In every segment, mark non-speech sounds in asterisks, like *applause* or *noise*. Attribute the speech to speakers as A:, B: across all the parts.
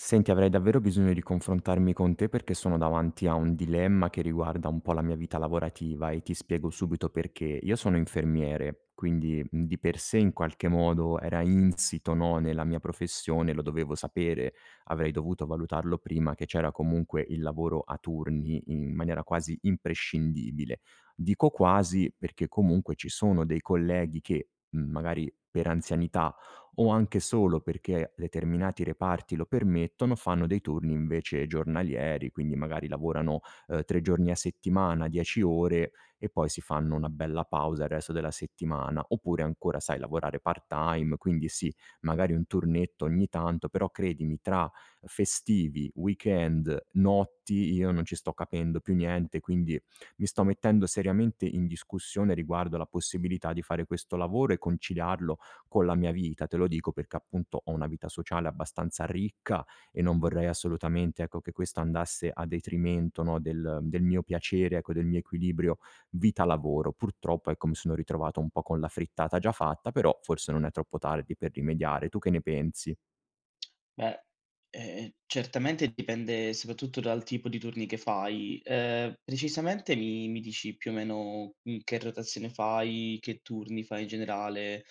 A: Senti, avrei davvero bisogno di confrontarmi con te perché sono davanti a un dilemma che riguarda un po' la mia vita lavorativa e ti spiego subito perché. Io sono infermiere, quindi di per sé in qualche modo era insito, no, nella mia professione, lo dovevo sapere, avrei dovuto valutarlo prima che c'era comunque il lavoro a turni in maniera quasi imprescindibile. Dico quasi perché comunque ci sono dei colleghi che magari per anzianità o anche solo perché determinati reparti lo permettono, fanno dei turni invece giornalieri, quindi magari lavorano, 3 giorni a settimana, 10 ore e poi si fanno una bella pausa il resto della settimana. Oppure ancora, sai, lavorare part-time, quindi sì, magari un turnetto ogni tanto, però credimi tra festivi, weekend, notti, io non ci sto capendo più niente, quindi mi sto mettendo seriamente in discussione riguardo alla possibilità di fare questo lavoro e conciliarlo con la mia vita. Te lo dico perché appunto ho una vita sociale abbastanza ricca e non vorrei assolutamente, ecco, che questo andasse a detrimento, no, del mio piacere, ecco, del mio equilibrio vita-lavoro. Purtroppo, ecco, mi sono ritrovato un po' con la frittata già fatta, però forse non è troppo tardi per rimediare. Tu che ne pensi?
B: Beh, certamente dipende soprattutto dal tipo di turni che fai. Precisamente mi dici più o meno, che rotazione fai, che turni fai in generale?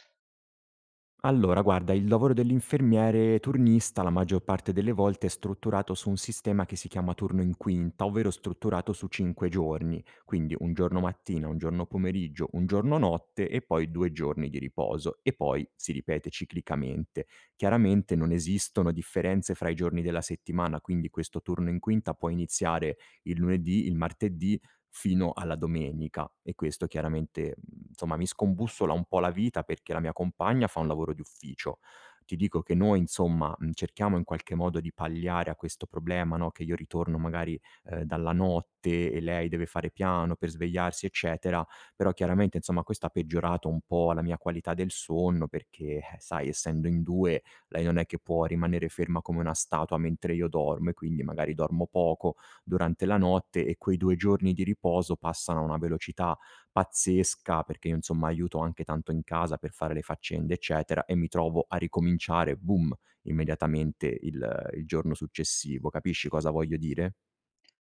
A: Allora, guarda, il lavoro dell'infermiere turnista la maggior parte delle volte è strutturato su un sistema che si chiama turno in quinta, ovvero strutturato su cinque giorni, quindi un giorno mattina, un giorno pomeriggio, un giorno notte e poi due giorni di riposo e poi si ripete ciclicamente. Chiaramente non esistono differenze fra i giorni della settimana, quindi questo turno in quinta può iniziare il lunedì, il martedì fino alla domenica e questo chiaramente, insomma, mi scombussola un po' la vita perché la mia compagna fa un lavoro di ufficio. Ti dico che noi, insomma, cerchiamo in qualche modo di palliare a questo problema, no, che io ritorno magari, dalla notte e lei deve fare piano per svegliarsi, eccetera, però chiaramente, insomma, questo ha peggiorato un po' la mia qualità del sonno perché, sai, essendo in 2, lei non è che può rimanere ferma come una statua mentre io dormo e quindi magari dormo poco durante la notte e quei 2 giorni di riposo passano a una velocità pazzesca, perché io insomma aiuto anche tanto in casa per fare le faccende, eccetera, e mi trovo a ricominciare, boom, immediatamente il giorno successivo. Capisci cosa voglio dire?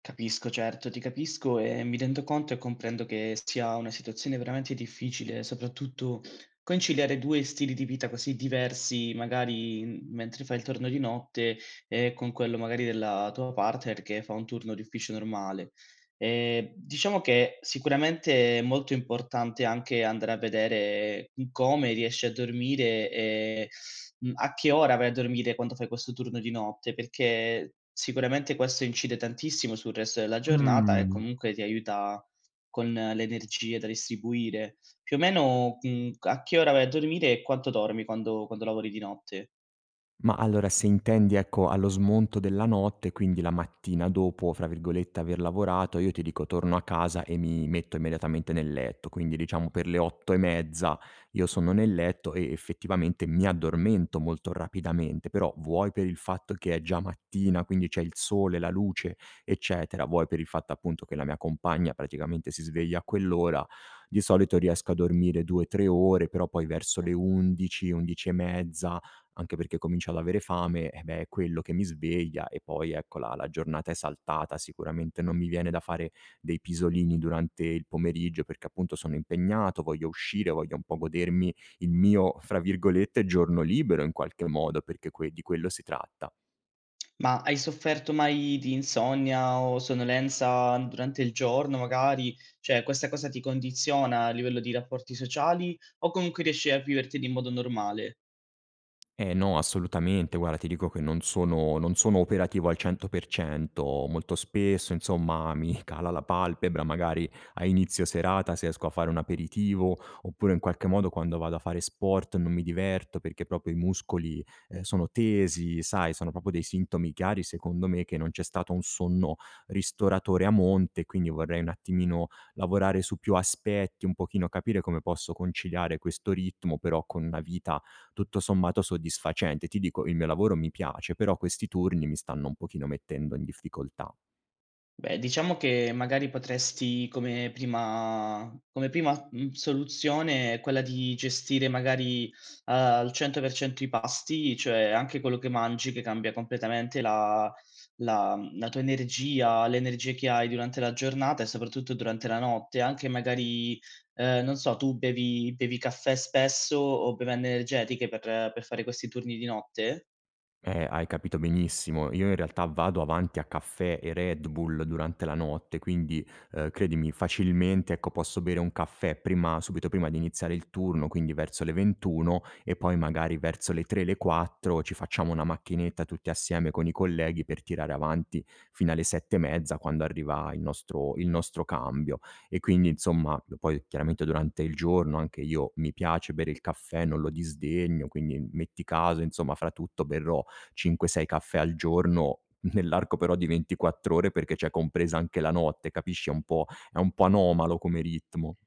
B: Capisco, certo, ti capisco e mi rendo conto e comprendo che sia una situazione veramente difficile, soprattutto conciliare 2 stili di vita così diversi, magari, mentre fai il turno di notte e con quello magari della tua partner che fa un turno di ufficio normale. Diciamo che sicuramente è molto importante anche andare a vedere, come riesci a dormire e a che ora vai a dormire quando fai questo turno di notte? Perché sicuramente questo incide tantissimo sul resto della giornata e
A: Mh.
B: comunque ti aiuta con le energie da distribuire. Più o meno, a che ora vai a dormire e quanto dormi quando lavori di notte?
A: Ma allora se intendi, ecco, allo smonto della notte, quindi la mattina dopo, fra virgolette, aver lavorato, io ti dico torno a casa e mi metto immediatamente nel letto. Quindi diciamo per le 8 e mezza io sono nel letto e effettivamente mi addormento molto rapidamente, però vuoi per il fatto che è già mattina, quindi c'è il sole, la luce, eccetera, vuoi per il fatto appunto che la mia compagna praticamente si sveglia a quell'ora, di solito riesco a dormire 2-3 ore, però poi verso le 11, 11 e mezza anche perché comincio ad avere fame, eh beh, è quello che mi sveglia e poi ecco la giornata è saltata. Sicuramente non mi viene da fare dei pisolini durante il pomeriggio perché appunto sono impegnato, voglio uscire, voglio un po' godermi il mio, fra virgolette, "giorno libero" in qualche modo, perché que di quello si tratta.
B: Ma hai sofferto mai di insonnia o sonnolenza durante il giorno magari? Cioè questa cosa ti condiziona a livello di rapporti sociali o comunque riesci a viverteli in modo normale?
A: Eh no, assolutamente. Guarda, ti dico che non sono operativo al 100%. Molto spesso, insomma, mi *laughs* cala la palpebra, magari a inizio serata se esco a fare un aperitivo, oppure in qualche modo quando vado a fare sport non mi diverto perché proprio i muscoli, sono tesi, sai, sono proprio dei sintomi chiari secondo me che non c'è stato un sonno ristoratore a monte, quindi vorrei un attimino lavorare su più aspetti, un pochino capire come posso conciliare questo ritmo però con una vita tutto sommato soddisfacente. Ti dico, il mio lavoro mi piace, però questi turni mi stanno un pochino mettendo in difficoltà.
B: Beh, diciamo che magari potresti come prima, soluzione quella di gestire magari al 100% i pasti, cioè anche quello che mangi che cambia completamente la tua energia, l'energia che hai durante la giornata e soprattutto durante la notte. Anche magari, non so, tu bevi caffè spesso o bevande energetiche per fare questi turni di notte?
A: Hai capito benissimo. Io in realtà vado avanti a caffè e Red Bull durante la notte, quindi, credimi facilmente, ecco, posso bere un caffè prima subito prima di iniziare il turno, quindi verso le 21 e poi magari verso le 3, le 4 ci facciamo una macchinetta tutti assieme con i colleghi per tirare avanti fino alle 7 e mezza quando arriva il nostro cambio. E quindi insomma, poi chiaramente durante il giorno anche io mi piace bere il caffè, non lo disdegno, quindi metti caso, insomma, fra tutto berrò 5, 6 caffè al giorno, nell'arco però di 24 ore perché c'è compresa anche la notte, capisci? È un po' anomalo come ritmo.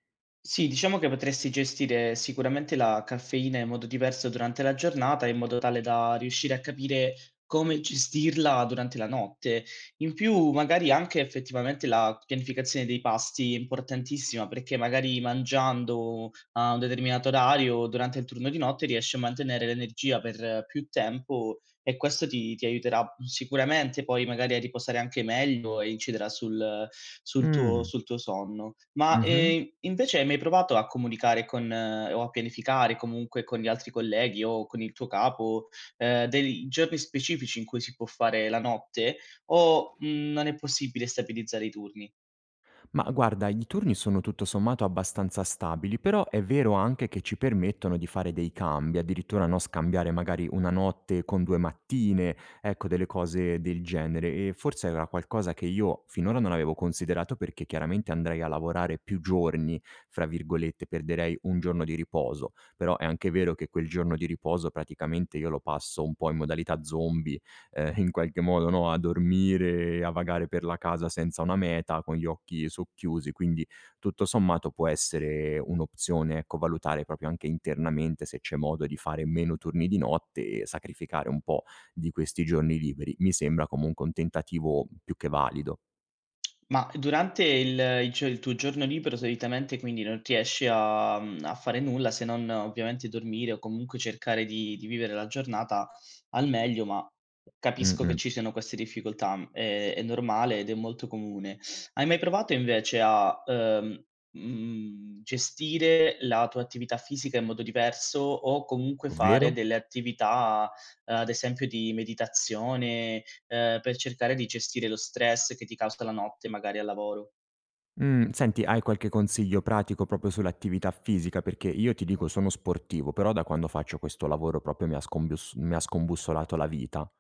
B: Sì, diciamo che potresti gestire sicuramente la caffeina in modo diverso durante la giornata, in modo tale da riuscire a capire come gestirla durante la notte. In più, magari anche effettivamente la pianificazione dei pasti è importantissima, perché magari mangiando a un determinato orario durante il turno di notte riesci a mantenere l'energia per più tempo e questo ti aiuterà sicuramente poi magari a riposare anche meglio e inciderà
A: Mh.
B: sul tuo sonno. Ma
A: Mh-mh.
B: invece hai mai provato a comunicare con, o a pianificare comunque con gli altri colleghi o con il tuo capo dei giorni specifici in cui si può fare la notte o non è possibile stabilizzare i turni?
A: Ma guarda, i turni sono tutto sommato abbastanza stabili, però è vero anche che ci permettono di fare dei cambi, addirittura no, scambiare magari una notte con due mattine, ecco delle cose del genere. E forse era qualcosa che io finora non avevo considerato perché chiaramente andrei a lavorare più giorni, fra virgolette, perderei un giorno di riposo, però è anche vero che quel giorno di riposo praticamente io lo passo un po' in modalità zombie in qualche modo, no, a dormire, a vagare per la casa senza una meta, con gli occhi socchiusi, quindi tutto sommato può essere un'opzione, ecco, valutare proprio anche internamente se c'è modo di fare meno turni di notte e sacrificare un po' di questi giorni liberi. Mi sembra comunque un tentativo più che valido.
B: Ma durante il tuo giorno libero solitamente quindi non riesci a a fare nulla se non ovviamente dormire o comunque cercare di vivere la giornata al meglio, ma capisco che
A: Mh-mh.
B: ci siano queste difficoltà, è normale ed è molto comune. Hai mai provato invece a gestire la tua attività fisica in modo diverso o comunque fare
A: Ovvero?
B: delle attività, ad esempio, di meditazione, per cercare di gestire lo stress che ti causa la notte magari al lavoro.
A: Senti, hai qualche consiglio pratico proprio sull'attività fisica? Perché io ti dico sono sportivo, però da quando faccio questo lavoro proprio mi ha scombussolato la vita.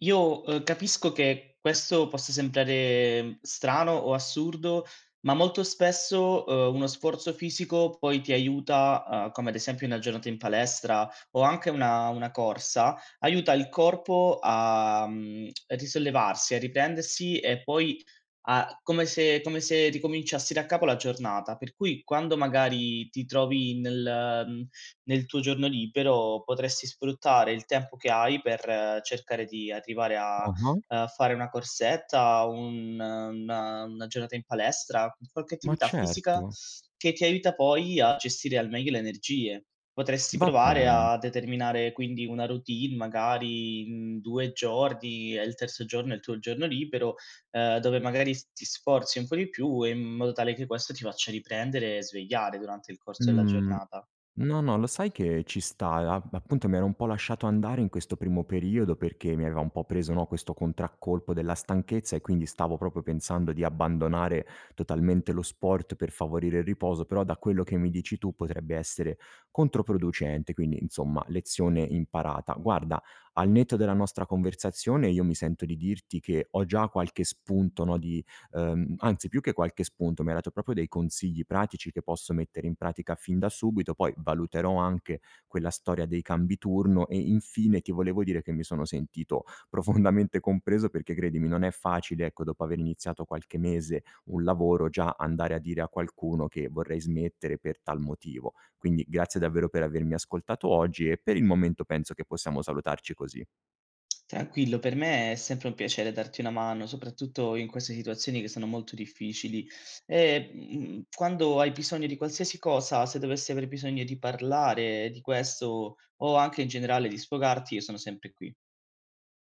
B: Io, capisco che questo possa sembrare strano o assurdo, ma molto spesso, uno sforzo fisico poi ti aiuta, come ad esempio una giornata in palestra o anche una corsa, aiuta il corpo a risollevarsi, a riprendersi e poi a come se ricominciassi da capo la giornata. Per cui quando magari ti trovi nel tuo giorno libero potresti sfruttare il tempo che hai per cercare di arrivare a,
A: Ah-ah.
B: ehm, fare una corsetta, un una giornata in palestra, qualche
A: Ma
B: attività fisica
A: certo,
B: che ti aiuta poi a gestire al meglio le energie. Potresti
A: va
B: provare
A: bene.
B: a determinare quindi una routine magari in 2 giorni e il terzo giorno è il tuo giorno libero, dove magari s ti sforzi un po' di più in modo tale che questo ti faccia riprendere e svegliare durante il corso della
A: Mhmm,
B: giornata.
A: no, no, lo sai che ci sta, a appunto mi ero un po' lasciato andare in questo primo periodo perché mi aveva un po' preso, no, questo contraccolpo della stanchezza e quindi stavo proprio pensando di abbandonare totalmente lo sport per favorire il riposo, però da quello che mi dici tu potrebbe essere controproducente, quindi insomma lezione imparata. Guarda, al netto della nostra conversazione io mi sento di dirti che ho già qualche spunto, no, di anzi più che qualche spunto mi hai dato proprio dei consigli pratici che posso mettere in pratica fin da subito, poi valuterò anche quella storia dei cambi turno e infine ti volevo dire che mi sono sentito *laughs* profondamente compreso perché credimi non è facile, ecco, dopo aver iniziato qualche mese un lavoro già andare a dire a qualcuno che vorrei smettere per tal motivo. Quindi grazie davvero per avermi ascoltato oggi e per il momento penso che possiamo salutarci così.
B: Tranquillo, per me è sempre un piacere darti una mano, soprattutto in queste situazioni che sono molto difficili. E, quando hai bisogno di qualsiasi cosa, se dovessi aver bisogno di parlare di questo o anche in generale di sfogarti, io sono sempre qui.